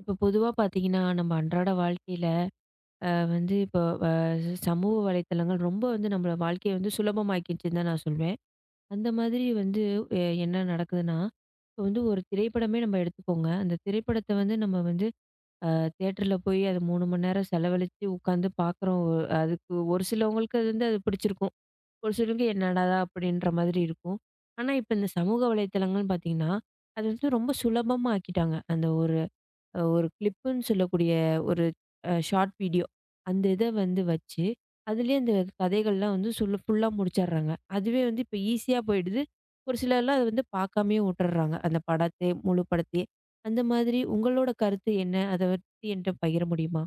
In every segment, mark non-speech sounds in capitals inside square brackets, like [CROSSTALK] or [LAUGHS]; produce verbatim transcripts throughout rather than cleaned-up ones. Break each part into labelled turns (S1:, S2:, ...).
S1: இப்போ பொதுவா பார்த்தீங்கன்னா, நம்ம அன்றாட வாழ்க்கையில அ வந்து இப்போ அ சமூக வலைத்தளங்கள் ரொம்ப வந்து நம்மள வாழ்க்கைய வந்து சுலபமாக்கிடுச்சுன்னு தான் நான் சொல்வேன். அந்த மாதிரி வந்து எ என்ன நடக்குதுன்னா, இப்போ வந்து ஒரு திரைப்படமே நம்ம எடுத்துக்கோங்க. அந்த திரைப்படத்த வந்து நம்ம வந்து அ தியேட்டர்ல போய் அது மூணு மணி நேரம் செலவழிச்சு உட்காந்து பார்க்குறோம். அதுக்கு ஒரு சிலவங்களுக்கு அது வந்து அது பிடிச்சிருக்கும். ஒரு சிலருக்கு என்னடா அப்படின்ற மாதிரி இருக்கும். ஆனா, இப்போ இந்த சமூக வலைத்தளங்கள்னு பார்த்தீங்கன்னா, அது வந்து ரொம்ப சுலபமா ஆக்கிட்டாங்க. அந்த ஒரு அஹ் ஒரு கிளிப்புன்னு சொல்லக்கூடிய ஒரு அ ஷார்ட் வீடியோ. அந்த இத வந்து வச்சு, அதிலேயே அந்த கதைகள்லாம் வந்து சொல்ல ஃபுல்லா முடிச்சடுறாங்க. அதுவே வந்து இப்ப ஈஸியா போயிடுது. ஒரு சிலர்லாம் அத வந்து பார்க்காமயே விட்டுர்றாங்க. அந்த படத்தை முழு படத்தையே. அந்த மாதிரி உங்களோட கருத்து என்ன? அத பத்தி என்ட்ட பகிர முடியுமா?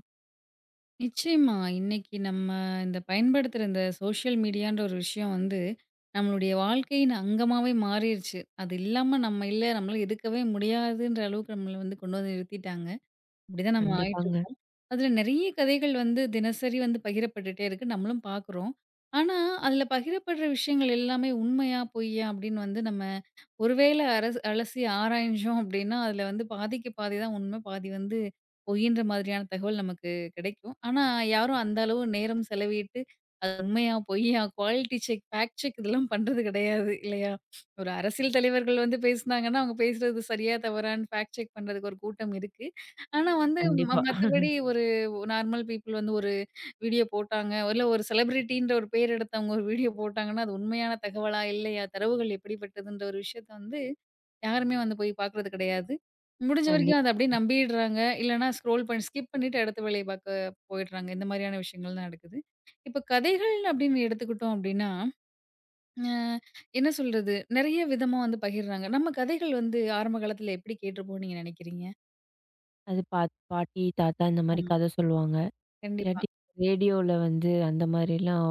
S2: நிச்சயமா. இன்னைக்கு நம்ம இந்த பயன்படுத்துற இந்த சோஷியல் மீடியான்ற ஒரு விஷயம் வந்து, நம்மளுடைய வாழ்க்கையின் அங்கமாவே மாறிருச்சு. அது இல்லாம நம்ம இல்ல, நம்மளால இருக்கவே முடியாதுன்ற அளவுக்கு நம்மள வந்து கொண்டு வந்து நிறுத்திட்டாங்க. இப்படிதான் நம்ம
S1: கண்டிப்பாங்க.
S2: ஆயிட்டுருக்கோம். அதுல நெறைய கதைகள் வந்து தினசரி வந்து பகிரப்பட்டுட்டே இருக்கு. நம்மளும் பார்க்குறோம். ஆனா, அதுல பகிரப்படுற விஷயங்கள் எல்லாமே உண்மையா, பொய்யா அப்படின்னு வந்து நம்ம ஒருவேளை அரசு அலசி ஆராய்ஞ்சோம் அப்படின்னா, அதில வந்து பாதிக்கு பாதி தான் உண்மை. பாதி வந்து பொய்ன்ற மாதிரியான தகவல் நமக்கு கிடைக்கும். ஆனா, யாரும் அந்த அளவு நேரம் செலவிட்டு, அது உண்மையா, பொய்யா, குவாலிட்டி செக், ஃபேக்ட் செக் இதெல்லாம் பண்றது கிடையாது இல்லையா? ஒரு அரசியல் தலைவர்கள் வந்து பேசினாங்கன்னா, அவங்க பேசுறது சரியா, தவறான்னு ஃபேக்ட் செக் பண்றதுக்கு ஒரு கூட்டம் இருக்கு. ஆனா வந்து ம
S1: கண்டிப்பா.
S2: மத்தபடி ஒரு நார்மல் பீப்பிள் வந்து ஒரு வீடியோ போட்டாங்க, இல்ல ஒரு செலிபிரிட்டின்ற ஒரு பேர் எடுத்தவங்க ஒரு வீடியோ போட்டாங்கன்னா, அது உண்மையான தகவலா, இல்லையா? தரவுகள் எப்படிப்பட்டதுன்ற ஒரு விஷயத்த வந்து யாருமே வந்து போய் பார்க்குறது கிடையாது. முடிஞ்ச வரைக்கும்
S1: கண்டிப்பா.
S2: அத அப்படியே நம்பிடுறாங்க. இல்லன்னா ஸ்க்ரோல் பண்ணி ஸ்கிப் பண்ணிட்டு அடுத்த வேலைய பார்க்க போயிடுறாங்க. இந்த மாதிரியான விஷயங்கள் தான் நடக்குது. இப்ப கதைகள் அப்படின்னு எடுத்துக்கிட்டோம் அப்படின்னா, அ என்ன சொல்றது? நெறைய விதமா வந்து பகிர்றாங்க. நம்ம கதைகள் வந்து ஆரம்ப காலத்துல எப்படி கேட்டுருப்போம்னு நீங்க நினைக்கிறீங்க?
S1: அது பா பாட்டி, தாத்தா இந்த மாரி
S2: ஆமா.
S1: கத சொல்லுவாங்க.
S2: கண்டிப்பா.
S1: இல்லாட்டி ரேடியோல வந்து அந்த மாரிலாம்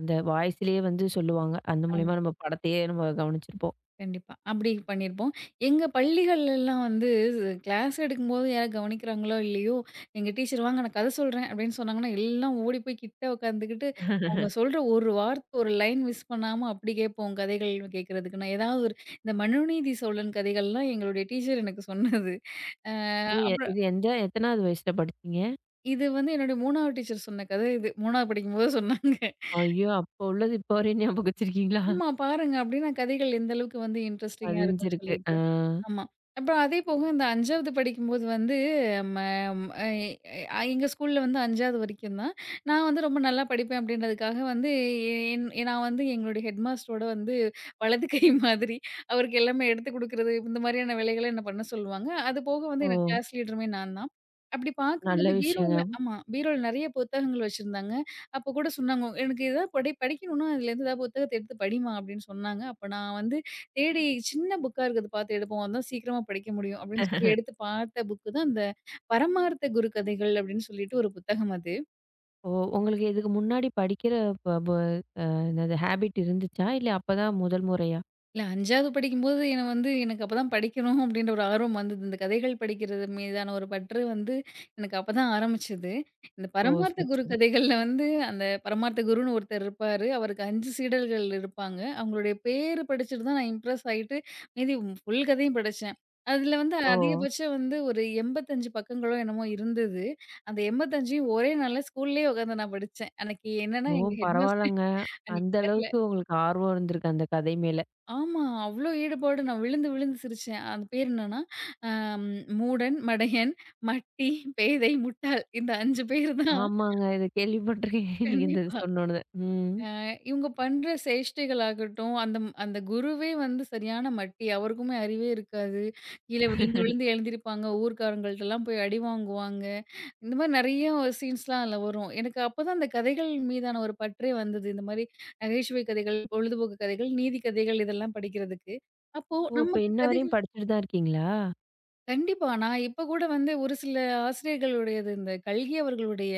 S1: அந்த வாய்ஸ்லேயே வந்து சொல்லுவாங்க. அந்த
S2: ஆமா.
S1: மூலியமா நம்ம படத்தையே நம்ம கவனிச்சிருப்போம்.
S2: கண்டிப்பா. அப்படி பண்ணியிருப்போம். எங்க பள்ளிகள்லலாம் வந்து கிளாஸ் எடுக்கும்போது யாராவது கவனிக்கிறாங்களோ, இல்லையோ, எங்க டீச்சர் "வாங்க நான் கதை சொல்றேன்" அப்படின்னு சொன்னாங்கன்னா, எல்லாம் ஓடி போய் கிட்ட உட்காந்துக்கிட்டு, அவங்க சொல்ற ஒரு வார்த்தை, ஒரு லைன் மிஸ் பண்ணாம அப்படி கேட்போம் கதைகள் கேட்கறதுக்கு. நான் ஏதாவது ஒரு இந்த மனுநீதி சோழன் கதைகள்லாம் எங்களுடைய டீச்சர் எனக்கு சொன்னது. அ
S1: ஓ! எ
S2: அப்புறம்
S1: இது எந்த எத்தனாவது வயசுல படிச்சீங்க?
S2: இது வந்து என்னுடைய மூன்றாவது டீச்சர் சொன்ன கதை இது. மூன்றாவது படிக்கும்போது சொன்னாங்க.
S1: ஐயோ! அப்போ உள்ளது இப்போ வரையும் ஞாபகம் வச்சிருக்கீங்களா?
S2: ஆமா பாருங்க. அப்படின்னா கதைகள் எந்த அளவுக்கு வந்து இன்ட்ரஸ்டிங்கா
S1: பதினஞ்சு
S2: இருக்கும்னு
S1: இருக்கு.
S2: சொல்லிட்டு.
S1: ஆ.
S2: ஆமா. அப்புறம் அதே போக இந்த ஐந்தாவது படிக்கும்போது வந்து ம ம், எ அ எங்க ஸ்கூல்ல வந்து ஐந்தாவது வரைக்கும் தான். நான் வந்து ரொம்ப நல்லா படிப்பேன் அப்படின்றதுக்காக வந்து என் எ- நான் வந்து எங்களுடைய ஹெட் மாஸ்டரோட வந்து வலது கை [LAUGHS] மாதிரி அவருக்கு எல்லாமே எடுத்துக் குடுக்குறது, இந்த மாதிரியான வேலைகள என்ன பண்ண சொல்லுவாங்க. அது போக வந்து
S1: ஓ!
S2: எனக்கு கிளாஸ் லீடருமே நான் தான். அப்படி
S1: நல்ல
S2: பார்க்கும்போது
S1: விஷயங்க.
S2: பீரோல ஆமா பீரோல நெறைய புத்தகங்கள் வச்சிருந்தாங்க. அப்போ கூட சொன்னாங்க, "எனக்கு ஏதாவது படி படிக்கணும்னா அதுலேருந்து ஏதாவது புத்தகத்த எடுத்து படிம்மா" அப்படின்னு சொன்னாங்க. அப்ப நான் வந்து தேடி சின்ன புக்கா இருக்கிறத பார்த்து எடுப்போம். அதான் சீக்கிரமா படிக்க முடியும் அப்படின்னு சொல்லி எடுத்து பார்த்த புக்கு தான் அந்த "பரமார்த்த குரு கதைகள்" அப்படின்னு சொல்லிட்டு ஒரு புத்தகம் அது.
S1: ஓ! உங்களுக்கு இதுக்கு முன்னாடி படிக்கிற ப ப அ என்னது ஹேபிட் இருந்துச்சா? இல்ல அப்பதான் முதல் முறையா?
S2: இல்ல ஐந்தாவது படிக்கும்போது என்ன வந்து எனக்கு அப்பதான் படிக்கணும் அப்டின்ற ஒரு ஆர்வம் வந்தது. இந்த கதைகள் படிக்கிறது மீதான ஒரு பற்று வந்து எனக்கு அப்பதான் ஆரம்பிச்சது. இந்த
S1: ஓ!
S2: பரமார்த்த
S1: சரி,
S2: குரு
S1: சரி.
S2: கதைகள்ல வந்து அந்த பரமார்த்த குருன்னு ஒருத்தர் இருப்பாரு. அவருக்கு ஐந்து சீடர்கள் இருப்பாங்க. அவங்களுடைய பேரு படிச்சுட்டு தான் நான் இம்ப்ரெஸ் ஆயிட்டு மீதி ஃபுல் கதையும் படிச்சேன். அதுல வந்து
S1: ஓ!
S2: அதிகபட்சம் வந்து ஒரு எண்பத்தி ஐந்து பக்கங்களோ என்னமோ இருந்தது. அந்த எண்பத்தி ஐந்தையும் ஒரே நாள்ல ஸ்கூல்லயே உட்காந்து நான் படிச்சேன். அன்னைக்கு என்னன்னா
S1: ஓ!
S2: எங்க ஹெட்மாஸ்டர்
S1: பரவால்லங்க.
S2: அன்னைக்கு
S1: அந்த
S2: வரல.
S1: அளவுக்கு உங்களுக்கு ஆர்வம் இருந்திருக்கு அந்த கதை மேல.
S2: ஆமா. அவ்ளோ ஈடுபாடு. நான் விழுந்து விழுந்து சிரிச்சேன். அந்த பேர் என்னன்னா, அம் மூடன், மடையன், மட்டி, பேதை, முட்டாள் இந்த ஐந்து பேரு தான்
S1: ஆமாங்க. இத கேள்விப்பட்டுருக்கேன். நீங்க இந்த இது
S2: கண்டிப்பா.
S1: சொன்னோனே. ம்.
S2: அ இவங்க பண்ற சேஷ்டைகளாகட்டும், அந்த அந்த குருவே வந்து சரியான மட்டி. அவருக்குமே அறிவே இருக்காது. கீழ விழுந்து விழுந்து எழுந்திருப்பாங்க. ஊர்க்காரங்கள்ட்டலாம் போய் அடி வாங்குவாங்க. இந்த மாரி நெறைய சீன்ஸ்லாம் அதில வரும். எனக்கு அப்பதான் அந்த கதைகள் மீதான ஒரு பற்றே வந்தது. இந்த மாரி நகைச்சுவை கதைகள், பொழுதுபோக்கு கதைகள், நீதி கதைகள் இதெல்லாம் படிக்கிறதுக்கு. அப்போ
S1: ஓ! இப்ப
S2: நமக்கு
S1: இன்ன வரையும்
S2: கதைகள்
S1: படிச்சுட்டு தான் இருக்கீங்களா?
S2: கண்டிப்பா. நான் இப்ப கூட வந்து ஒரு சில ஆசிரியர்களுடையது இந்த கல்கி அவர்களுடைய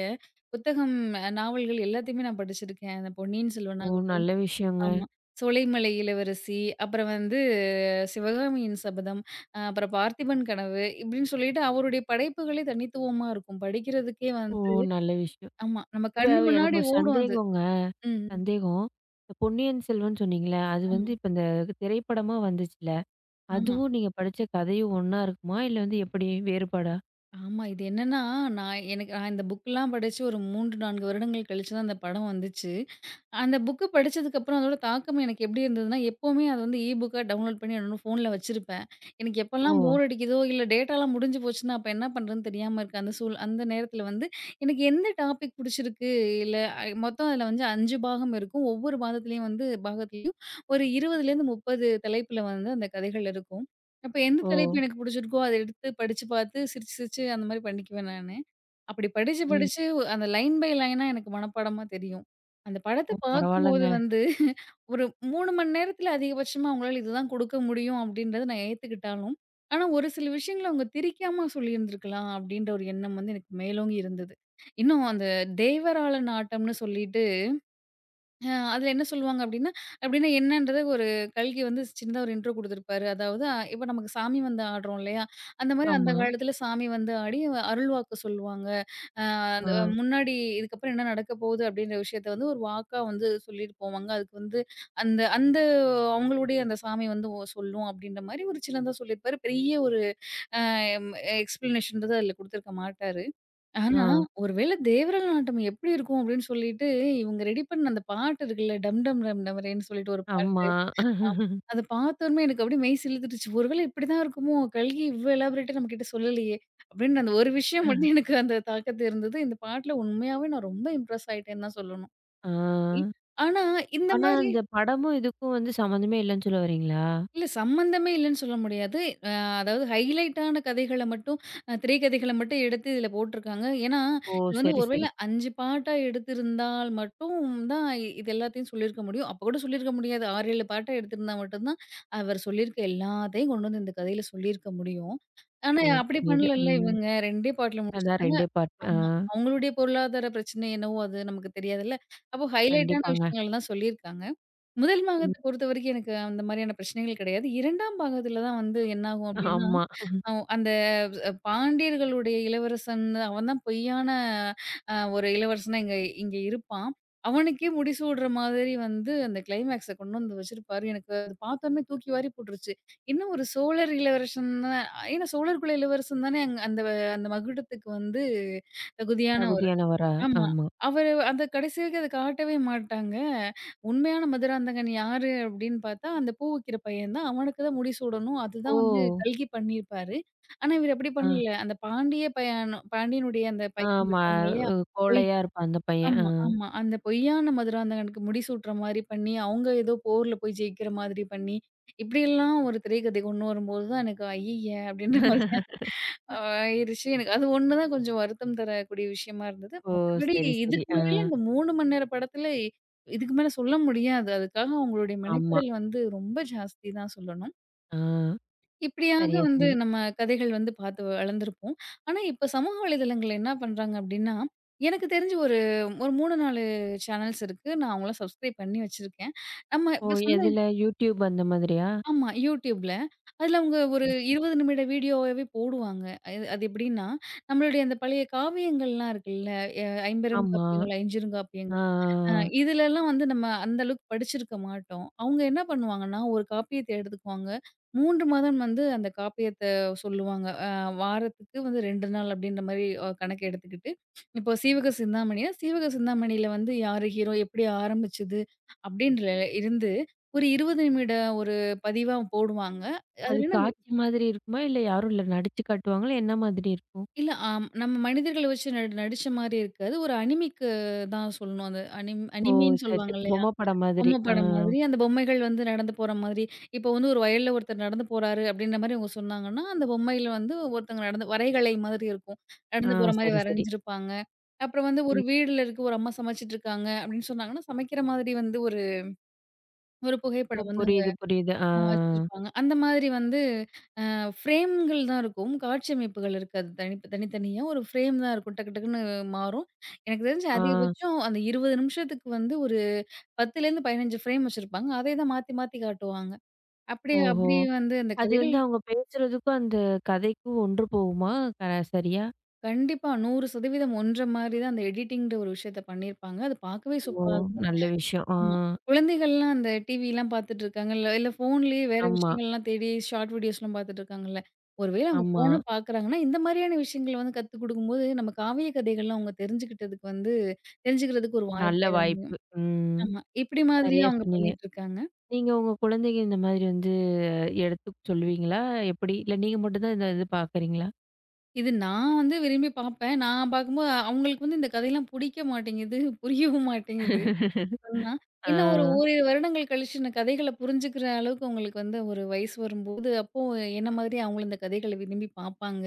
S2: புத்தகம், அஹ், நாவல்கள் எல்லாத்தையுமே நான் படிச்சிருக்கேன். அந்த பொன்னியின் செல்வன்
S1: ஓ!
S2: ஆகட்டும்
S1: நல்ல விஷயங்க.
S2: ஆமா. சோலைமலை இளவரசி, அப்புறம் வந்து அஹ், சிவகாமியின் சபதம், அ அப்புறம் பார்த்திபன் கனவு இப்படின்னு சொல்லிட்டு அவருடைய படைப்புகளே தனித்துவமா இருக்கும். படிக்கிறதுக்கே
S1: ஓ!
S2: வந்து
S1: நல்ல விஷயம்.
S2: ஆமா. நம்ம
S1: இப்ப
S2: கண்ணு
S1: எனக்கு
S2: முன்னாடி
S1: ஒரு
S2: ஓடும் அது.
S1: சந்தேகங்க.
S2: ம்.
S1: சந்தேகம். இந்த பொன்னியின் செல்வன் சொன்னீங்கல்ல, அது
S2: ஆமா,
S1: வந்து இப்ப இந்த திரைப்படமா வந்துச்சுல்ல,
S2: ஆமா,
S1: அதுவும் நீங்க படிச்ச கதையும் ஒண்ணா இருக்குமா? இல்ல வந்து எப்படி வேறுபாடா?
S2: ஆமா. இது என்னன்னா, நான் எனக்கு நான் இந்த புக்லாம் படிச்சு ஒரு மூன்று, நான்கு வருடங்கள் கழிச்சு தான் அந்த படம் வந்துச்சு. அந்த புக்கு படிச்சதுக்கப்புறம் அதோட தாக்கம் எனக்கு எப்படி இருந்ததுன்னா, எப்பவுமே அது வந்து இ புக்கா டவுன்லோட் பண்ணி என்னோட ஃபோன்ல வச்சிருப்பேன். எனக்கு
S1: ஓ!
S2: எப்பலாம் போர் அடிக்குதோ, இல்ல டேட்டாலாம் முடிஞ்சு போச்சுன்னா, அப்ப என்ன பண்றதுன்னு தெரியாம இருக்க அந்த சூழ் அந்த நேரத்துல வந்து எனக்கு எந்த டாபிக் புடிச்சிருக்கு, இல்ல அ மொத்தம் அதுல வந்து ஐந்து பாகம் இருக்கும். ஒவ்வொரு பாகத்திலயும் வந்து பாகத்திலயும் ஒரு இருபதிலேருந்து முப்பது தலைப்புல வந்து அந்த கதைகள் இருக்கும். அப்ப எந்த
S1: ஓ!
S2: தலைப்பு எனக்கு புடிச்சிருக்கோ, அத எடுத்து படிச்சு பார்த்து சிரிச்சு சிரிச்சு அந்த மாரி பண்ணிக்குவேன் நானு. அப்படி படிச்சு,
S1: ம்.
S2: படிச்சு அந்த லைன் பை லைனா எனக்கு மனப்பாடமா தெரியும். அந்த படத்த
S1: ஓ!
S2: பார்க்கும்போது
S1: பரவால்லங்க.
S2: வந்து ஒரு மூன்று மணி நேரத்தில அதிகபட்சமா அவங்களால இதுதான் குடுக்க முடியும் அப்படின்றத நான் ஏத்துக்கிட்டாலும், ஆனா ஒரு சில விஷயங்கள அவங்க திரிக்காம சொல்லியிருந்திருக்கலாம் அப்படின்ற ஒரு எண்ணம் வந்து எனக்கு மேலோங்கி இருந்தது. இன்னும் அந்த தேவராளன் ஆட்டம்னு சொல்லிட்டு அ அதுல என்ன சொல்லுவாங்க அப்டின்னா, அப்டின்னா என்னன்றத ஒரு கல்கி வந்து சின்னதா ஒரு இன்ட்ரோ குடுத்திருப்பாரு. அதாவது அஹ் இப்ப நமக்கு சாமி வந்து ஆடுறோம் இல்லையா? அந்த மாரி அந்த
S1: ஆமா.
S2: காலத்துல சாமி வந்து ஆடி அருள் வாக்கு சொல்லுவாங்க. அ
S1: ஆ.
S2: அந்த முன்னாடி இதுக்கப்புறம் என்ன நடக்க போகுது அப்டின்ற விஷயத்த வந்து ஒரு வாக்கா வந்து சொல்லிட்டு போவாங்க. அதுக்கு வந்து அந்த அந்த அவங்களுடைய அந்த சாமி வந்து ஒ சொல்லும் அப்டின்ற மாரி ஒரு சின்னதா சொல்லியிருப்பாரு. பெரிய ஒரு அ எக்ஸ்பிளனேஷன்றது அதுல குடுத்திருக்க மாட்டாரு. ஆனா,
S1: ஆ.
S2: ஒருவேள தேவரல் நாட்டம் எப்படி இருக்கும் அப்படின்னு சொல்லிட்டு, இவங்க ரெடி பண்ண அந்த பாட்டு இருக்குல்ல, டம் டம் டம் டமரேன்னு சொல்லிட்டு ஒரு
S1: ஆமா.
S2: பாட்டு. ஆமா. அத பார்த்தோனமே எனக்கு அப்படியே மெய் சிலுத்துருச்சு. ஒருவேள இப்படிதான் இருக்குமோ! கல்கி இவ்ளோ எலாபரேட்டா நம்ம கிட்ட சொல்லலையே! அப்படின்னு அந்த ஒரு விஷயம் மட்டும் எனக்கு அந்த தாக்கத்த இருந்தது. இந்த பாட்டுல உண்மையாவே நான் ரொம்ப இம்ப்ரெஸ் ஆயிட்டேன்னு தான் சொல்லணும்.
S1: ஆ.
S2: இ ஆனா இந்த
S1: ஆனா
S2: மாரி
S1: அந்த படமும் இதுக்கும் வந்து சம்மந்தமே இல்லன்னு சொல்ல வர்றீங்களா?
S2: இல்ல சம்மந்தமே இல்லன்னு சொல்ல முடியாது. அ அதாவது ஹைலைட்டான கதைகள மட்டும் அ திரைக்கதைகள மட்டும் எடுத்து இதுல போட்டுருக்காங்க. ஏன்னா,
S1: ஓ!
S2: இது வந்து
S1: சரி,
S2: ஒருவேள
S1: சரி.
S2: ஐந்து பாட்டா எடுத்திருந்தால் மட்டும் தான் இ- இது எல்லாத்தையும் சொல்லியிருக்க முடியும். அப்ப கூட சொல்லியிருக்க முடியாது. ஆறு, ஏழு பாட்டா எடுத்திருந்தா மட்டும் தான் அவர் சொல்லியிருக்க எல்லாத்தையும் கொண்டு வந்து இந்த கதையில சொல்லியிருக்க முடியும். ஆனா,
S1: ஓ!
S2: அப்படி
S1: புரியுது.
S2: பண்ணலல்ல
S1: ம்.
S2: இவங்க. டூ டே பாட்டுல
S1: அதான்
S2: முடிச்சுட்டாங்க.
S1: 2டே பார்ட். ஆ.
S2: ஆமா. அவங்களுடைய பொருளாதார பிரச்சனை என்னவோ அது நமக்கு தெரியாதுல்ல. அப்போ ஹைலைட்டான
S1: கண்டிப்பாங்க.
S2: விஷயங்கள் தான் சொல்லியிருக்காங்க. முதல்
S1: ம்.
S2: பாகத்த பொறுத்தவரைக்கும் எனக்கு அந்த மாரியான பிரச்சனைகள் கிடையாது. இரண்டாம் பாகத்துல தான் வந்து என்னாகும் அப்டின்னா,
S1: ஆமா.
S2: அ அந்த அ பாண்டியர்களுடைய இளவரசன் அவன் தான் பொய்யான அ ஒரு இளவரசனா இங்க இங்க இருப்பான். அவனுக்கே முடிசூடுற மாதிரி வந்து அந்த கிளைமேக்ஸ கொண்டு வந்து வச்சிருப்பாரு. எனக்கு அது பார்த்தோனே தூக்கி வாரி போட்டுருச்சு. என்ன ஒரு சோழர் இளவரசன் தான் ஏன்னா சோழர் குல இளவரசன் தானே அங் அந்த அந்த மகுடத்துக்கு வந்து தகுதியான ஒரு
S1: தகுதியானவரா?
S2: ஆமா.
S1: ஆமா.
S2: அவரு அத கடைசி வரைக்கும் அத காட்டவே மாட்டாங்க. உண்மையான மதுராந்தகன் யாரு அப்டின்னு பார்த்தா, அந்த பூ விக்கிற பையன் தான். அவனுக்கு தான் முடி சூடணும்.
S1: ஓ!
S2: அதுதான் வந்து கல்கி பண்ணியிருப்பாரு. ஆனா, இவரு அப்டி
S1: ஆ.
S2: பண்ணல. அந்த பாண்டிய பையனும் பாண்டியனுடைய அந்த பையன்
S1: ஆமா.
S2: இருக்காங்க இல்லையா?
S1: அ
S2: பொய்
S1: கோழையா இருப்பான் அந்த பையன். ஆ.
S2: ஆமா, ஆமா. அந்த பொய்யான மதுராந்தகனுக்கு முடி சூட்ற மாரி பண்ணி, அவங்க ஏதோ போர்ல போய் ஜெயிக்கிற மாதிரி பண்ணி, இப்டியெல்லாம் ஒரு திரைக்கதை கொண்டு வரும்போது தான் எனக்கு "ஐய்யய!" அப்டின்ற மாரி அ ஆயிருச்சு. எனக்கு அது ஒண்ணு தான் கொஞ்சம் வருத்தம் தரக்கூடிய விஷயமா இருந்தது.
S1: ஓ!
S2: மத்தபடி
S1: சரி, சரி.
S2: இதுக்கு
S1: ஆ.
S2: மேல இந்த மூன்று மணி நேர படத்துல இ- இதுக்கு மேல சொல்ல முடியாது. அதுக்காக அவங்களுடைய
S1: ஆமா.
S2: மெனக்கெடல் வந்து ரொம்ப ஜாஸ்தி தான் சொல்லணும்.
S1: ஆ.
S2: இப்படியாக
S1: சரியா
S2: வந்து
S1: சொன்னீங்க.
S2: நம்ம கதைகள் வந்து பார்த்து வளர்ந்துருப்போம். ஆனா, இப்ப சமூக வலைதளங்கள்ல என்ன பண்றாங்க அப்படின்னா, எனக்கு தெரிஞ்சு ஒரு ஒரு மூன்று, நான்கு சேனல்ஸ் இருக்கு. நான் அவங்கள சப்ஸ்கிரைப் பண்ணி வச்சிருக்கேன். நம்ம
S1: ஓ!
S2: இப்ப சொன்ன
S1: எதுல? YouTube அந்த மாதிரியா?
S2: ஆமா. YouTubeல. அதுல அவங்க ஒரு
S1: சரி, சரி.
S2: இருபது நிமிட வீடியோவாவே போடுவாங்க. அது அது எப்படின்னா, நம்மளுடைய அந்த பழைய காவியங்கள்லாம் இருக்குல்ல, எ ஐம்பெரும்
S1: ஆமா.
S2: காப்பியங்கள்,
S1: ஆ, ஆ,
S2: ஐஞ்சிறுகாப்பியங்கள் அ
S1: ஆ.
S2: இதுலலாம் வந்து நம்ம அந்த அளவுக்கு படிச்சிருக்க மாட்டோம். அவங்க என்ன பண்ணுவாங்கன்னா, ஒரு காப்பியத்த எடுத்துக்குவாங்க. மூன்று மாதம் வந்து அந்த காப்பியத்த சொல்லுவாங்க. அ வாரத்துக்கு வந்து இரண்டு நாள் அப்படின்ற மாரி அ கணக்கு எடுத்துக்கிட்டு, இப்போ சீவக சிந்தாமணினா, சீவக சிந்தாமணியில வந்து யாரு ஹீரோ, எப்படி ஆரம்பிச்சது அப்படின்ற இருந்து ஒரு இருபது நிமிட ஒரு பதிவா போடுவாங்க.
S1: அது
S2: அதுல என்ன
S1: காட்சி மாதிரி இருக்குமா? இல்ல யாரும் இல்ல நடிச்சு காட்டுவாங்களா? என்ன மாதிரி இருக்கும்?
S2: இல்ல ஆம் நம்ம மனிதர்கள வச்சு நடி நடிச்ச மாரி இருக்காது. ஒரு அனிமிக்கு தான் சொல்லணும். அது அனிம்
S1: ஓ!
S2: அனிமின்னு
S1: சரி, சரி.
S2: சொல்லுவாங்கல்ல.
S1: பொம்மை படம் மாதிரி.
S2: பொம்மை
S1: ஆ.
S2: படம் மாதிரி அந்த பொம்மைகள் வந்து நடந்து போற மாதிரி, இப்போ வந்து ஒரு வயல்ல ஒருத்தர் நடந்து போறாரு அப்படின்ற மாரி அவங்க சொன்னாங்கன்னா, அந்த பொம்மையில வந்து ஒருத்தவங்க நடந்து வரைகலை மாதிரி இருக்கும்.
S1: ஆ.
S2: நடந்து போற மாரி
S1: சரி, சரி.
S2: வரைஞ்சிருப்பாங்க. அப்புறம் வந்து ஒரு
S1: ம்.
S2: வீடுல இருக்கு ஒரு அம்மா சமைச்சுட்டுருக்காங்க அப்படின்னு சொன்னாங்கன்னா, சமைக்கிற மாதிரி வந்து ஒரு ஒரு
S1: ஓ!
S2: புகைப்படம் வந்து அங்க
S1: புரியுது, புரியுது. ஆ.
S2: அ வச்சிருப்பாங்க. அந்த மாதிரி வந்து அ ஃப்ரேம்கள் தான் இருக்கும். காட்சி அமைப்புகள் இருக்காது. தனி தனித்தனியா ஒரு ஃப்ரேம் தான் இருக்கும். டக்கு டக்குன்னு மாறும். எனக்கு தெரிஞ்சு
S1: ஆ.
S2: அதிகபட்சம் அந்த இருபது நிமிஷத்துக்கு வந்து ஒரு பத்திலேருந்து பதினைந்து ஃப்ரேம் வச்சிருப்பாங்க. அதே தான் மாத்தி மாத்தி காட்டுவாங்க. அப்படி
S1: ஓஹோ!
S2: அப்படி வந்து அந்த
S1: அது வந்து
S2: கதைகள்
S1: அவங்க பேசுறதுக்கும், அந்த கதைக்கும் ஒன்று போகுமா? க சரியா?
S2: கண்டிப்பா நூறு சதவீதம் ஒண்ற மாரி தான் அந்த எடிட்டிங்ன்ற ஒரு விஷயத்த பண்ணியிருப்பாங்க. அது பார்க்கவே
S1: ஓ!
S2: சூப்பரா இருக்கும்.
S1: நல்ல விஷயம். ஆ.
S2: ஆமா. குழந்தைகள்லாம் அந்த டிவிலாம் பார்த்துட்டு இருக்காங்கல்ல, இல்ல ஃபோன்லயே வேற
S1: ஆமா.
S2: விஷயங்கள்லாம் தேடி ஷார்ட் வீடியோஸ்லாம் பார்த்துட்டு இருக்காங்கல்ல. ஒரு வேளை அவங்க
S1: ஆமா.
S2: ஃபோன பார்க்குறாங்கன்னா, இந்த மாரியான விஷயங்கள வந்து கத்துக் குடுக்கும்போது, நம்ம காவிய கதைகள்லாம் அவங்க தெரிஞ்சுக்கிட்டதுக்கு வந்து தெரிஞ்சுக்கிறதுக்கு ஒரு
S1: நல்ல
S2: வாய்ப்பா இது அமையும்.
S1: வாய்ப்பு. ம்.
S2: ஆமா. இப்படி மாதிரியே
S1: சரியா
S2: அவங்க
S1: சொன்னீங்க.
S2: பண்ணிட்டு இருக்காங்க.
S1: நீங்க உங்க குழந்தைங்க இந்த மாதிரி வந்து எடுத்து சொல்லுவீங்களா? எப்படி? இல்ல நீங்க மட்டும் தான் இந்த இது பார்க்குறீங்களா?
S2: இது நான் வந்து விரும்பி பார்ப்பேன். நான் பார்க்கும்போது அ- அவங்களுக்கு வந்து இந்த கதையெல்லாம் புடிக்க மாட்டேங்குது, புரியவும் மாட்டேங்குது. சொன்னா,
S1: ஆ.
S2: இன்னும் ஒரு ஓரிரு வருடங்கள் கழிச்சு இந்த கதைகள புரிஞ்சுக்கிற அளவுக்கு உங்களுக்கு வந்து ஒரு வயசு வரும்போது, அப்போ என்ன மாதிரி அவங்களும் இந்த கதைகள விரும்பி பார்ப்பாங்க,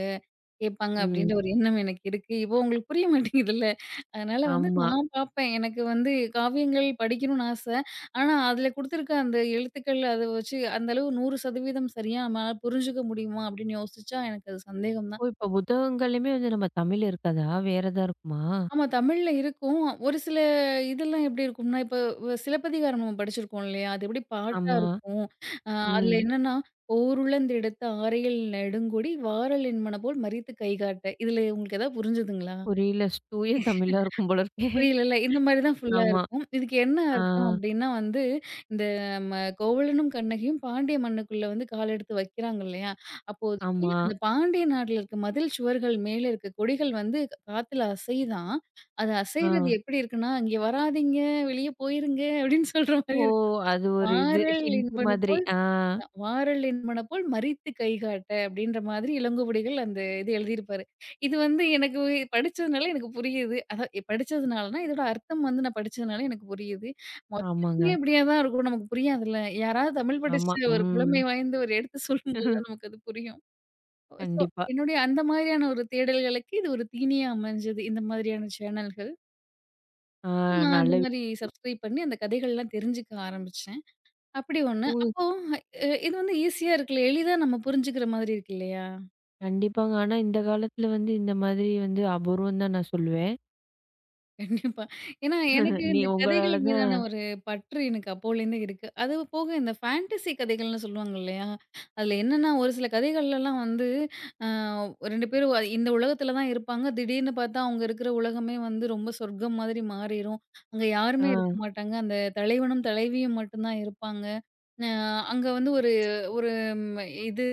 S2: கேட்பாங்க
S1: ம்.
S2: அப்படின்ற ஒரு எண்ணம் எனக்கு இருக்கு. இப்போ உங்களுக்கு புரிய மாட்டேங்குதுல்ல. அதனால வந்து
S1: ஆமா.
S2: நான் பார்ப்பேன். எனக்கு வந்து காவியங்கள் படிக்கணும்னு ஆச. ஆனா, அதில குடுத்துருக்க அந்த எழுத்துக்கள் அத வச்சு அந்த அளவு நூறு சதவீதம் சரியா நம்மளால புரிஞ்சுக்க முடியுமா அப்படின்னு யோசிச்சா எனக்கு அது சந்தேகம்
S1: ஓ!
S2: தான்.
S1: இப்ப புத்தகங்கள்லயுமே வந்து நம்ம தமிழ் இருக்காதா? வேற எதா இருக்குமா?
S2: ஆமா. தமிழ்ல இருக்கும். ஒரு சில இதெல்லாம் எப்படி இருக்கும்னா, இப்போ வ சிலப்பதிகாரம் நம்ம படிச்சிருக்கோம் இல்லையா? அது எப்படி பாட்டா
S1: ஆமா.
S2: இருக்கும். அ அதுல
S1: ம்.
S2: என்னன்னா, "ஓருளந்தெடுத்த ஆரையில் நெடுங்கொடி வாரல் என்மனபோல் மறித்துக் கைகாட்ட" இதுல உங்களுக்கு ஏதாவது புரிஞ்சுதுங்களா?
S1: புரியல. ஸ் தூய தமிழா இருக்கும் போல இருக்கே.
S2: புரியலல்ல. இந்த மாரி தான் ஃபுல்லா
S1: ஆமா.
S2: இருக்கும். இதுக்கு என்ன
S1: ஆ.
S2: அர்த்தம் அப்டின்னா வந்து, இந்த ம கோவலனும், கண்ணகியும் பாண்டிய மண்ணுக்குள்ள வந்து கால் எடுத்து வைக்கிறாங்க இல்லையா? அப்போதைக்கு
S1: ஆமா.
S2: அந்த பாண்டிய நாட்ல இருக்க மதில் சுவர்கள் மேல இருக்க கொடிகள் வந்து க- காத்துல அசையுதாம். அது அசைறது
S1: ஆ.
S2: எப்படி இருக்குன்னா, "இங்க வராதீங்க, வெளிய போயிருங்க" அப்டின்னு சொல்ற மாரி
S1: ஓ!
S2: இருக்கு.
S1: அது ஒரு இது
S2: "பாரல்
S1: ஹிண்ட்
S2: இன்பனு
S1: மாதிரி.
S2: போல்"
S1: ஆ.
S2: "வாரல் என் மனப்போல் மரித்து கைகாட்ட" அப்படின்ற மாதிரி இளங்கோவடிகள் அந்த இது எழுதியிருப்பாரு. இது வந்து எனக்கு படிச்சதுனால எனக்கு புரியுது. அதான் இ- படிச்சதுனாலனா, இதோட அர்த்தம் வந்து நான் படிச்சதுனால எனக்கு புரியுது.
S1: ஆமாங்க.
S2: மொத்தமே இப்படியா தான் இருக்கும். நமக்கு புரியாதுல்ல. யாராவது தமிழ் படிச்ச
S1: ஆமா.
S2: ஒரு
S1: ம்.
S2: புலமை வாய்ந்த ஒரு எடுத்து சொல்லும்போது தான் நமக்கு அது புரியும். ஸோ
S1: கண்டிப்பா.
S2: என்னுடைய அந்த மாதிரியான ஒரு தேடல்களுக்கு இது ஒரு தீனியா அமைஞ்சது. இந்த மாதிரியான சேனல்கள்.
S1: ஆ
S2: நான் அந்த
S1: நல்ல
S2: மாரி சப்ஸ்கிரைப் பண்ணி அந்த கதைகள்லாம் தெரிஞ்சுக்க ஆரம்பிச்சேன். அப்படி ஒண்ணு.
S1: [UNINTELLIGIBLE]
S2: அப்போ அ இது வந்து ஈஸியா இருக்குல்ல. எளிதா நம்ம புரிஞ்சுக்கிற மாதிரி இருக்கு இல்லையா?
S1: கண்டிப்பாங்க. ஆனா இந்த காலத்துல வந்து இந்த மாதிரி வந்து அபூர்வம் தான் நான் சொல்லுவேன்.
S2: கண்டிப்பா. ஏன்னா, எனக்கு
S1: [LAUGHS] நீ
S2: இந்த கதைகள்
S1: உங்களால தான்
S2: மீதான ஒரு பற்று எனக்கு அப்போலேருந்தே இருக்கு. அது போக இந்த ஃபேண்டசி கதைகள்னு சொல்லுவாங்க இல்லையா? அதில என்னன்னா, ஒரு சில கதைகள்லலாம் வந்து அ இரண்டு பேரும் அ- இந்த உலகத்தில தான் இருப்பாங்க. திடீர்னு பார்த்தா அவங்க இருக்கிற உலகமே வந்து ரொம்ப சொர்க்கம் மாதிரி மாறிரும். அங்க
S1: ஆ,
S2: யாருமே இருக்க மாட்டாங்க. அந்த தலைவனும், தலைவியும் மட்டும் தான் இருப்பாங்க. அ அங்க வந்து ஒரு ஒரு ம் இது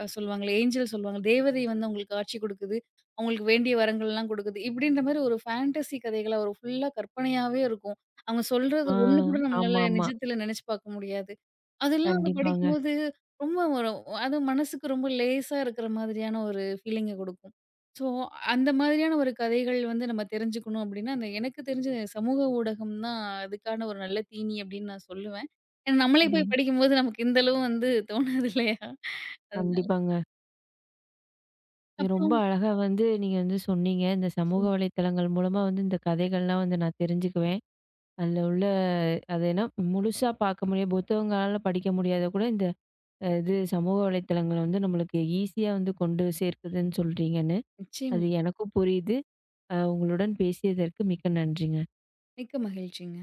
S2: அ சொல்லுவாங்களே, ஏஞ்சல் சொல்லுவாங்க. தேவதை வந்து அவங்களுக்கு காட்சி குடுக்குது. அவங்களுக்கு வேண்டிய வரங்கள்லாம் குடுக்குது. இப்படின்ற மாரி ஒரு ஃபேண்டஸி கதைகளா ஒரு ஃபுல்லா கற்பனையாவே இருக்கும். அவங்க சொல்றது
S1: ஆ,
S2: ஒண்ணு கூட நம்மளால
S1: ஆமாமா.
S2: நிஜத்துல நெனச்சு பார்க்க முடியாது. அதெல்லாம் வந்து
S1: கண்டிப்பாங்க.
S2: படிக்கும்போது ரொம்ப ஒரு அது மனசுக்கு ரொம்ப லேசா இருக்கிற மாதிரியான ஒரு ஃபீலிங்க குடுக்கும். ஸோ, அந்த மாதிரியான ஒரு கதைகள் வந்து நம்ம தெரிஞ்சுக்கணும் அப்படின்னா, அந்த எனக்கு தெரிஞ்சு சமூக ஊடகம் தான் அதுக்கான ஒரு நல்ல தீனி அப்படின்னு நான் சொல்லுவேன். ஏன்னா நம்மளே போய்
S1: ம்.
S2: படிக்கும்போது நமக்கு இந்த அளவு வந்து தோணாது இல்லையா? அதனால.
S1: கண்டிப்பாங்க. நீங்க ரொம்ப
S2: அப்புறம்
S1: அழகா வந்து நீங்க வந்து சொன்னீங்க. இந்த சமூக
S2: நிச்சயமா,
S1: வலைத்தளங்கள் மூலமா வந்து இந்த கதைகள்லாம் வந்து நான் தெரிஞ்சுக்குவேன். அதுல உள்ள அது ஏன்னா முழுசா பார்க்க முடியாது. புத்தகங்களால படிக்க முடியாத கூட இந்த அ இது சமூக வலைத்தளங்கள வந்து நம்மளுக்கு ஈஸியா வந்து கொண்டு சேர்க்குதுன்னு சொல்றீங்கன்னு.
S2: நிச்சயமா.
S1: அது எனக்கும் புரியுது. அ உங்களுடன் பேசியதற்கு மிக்க நன்றிங்க.
S2: மிக்க மகிழ்ச்சிங்க.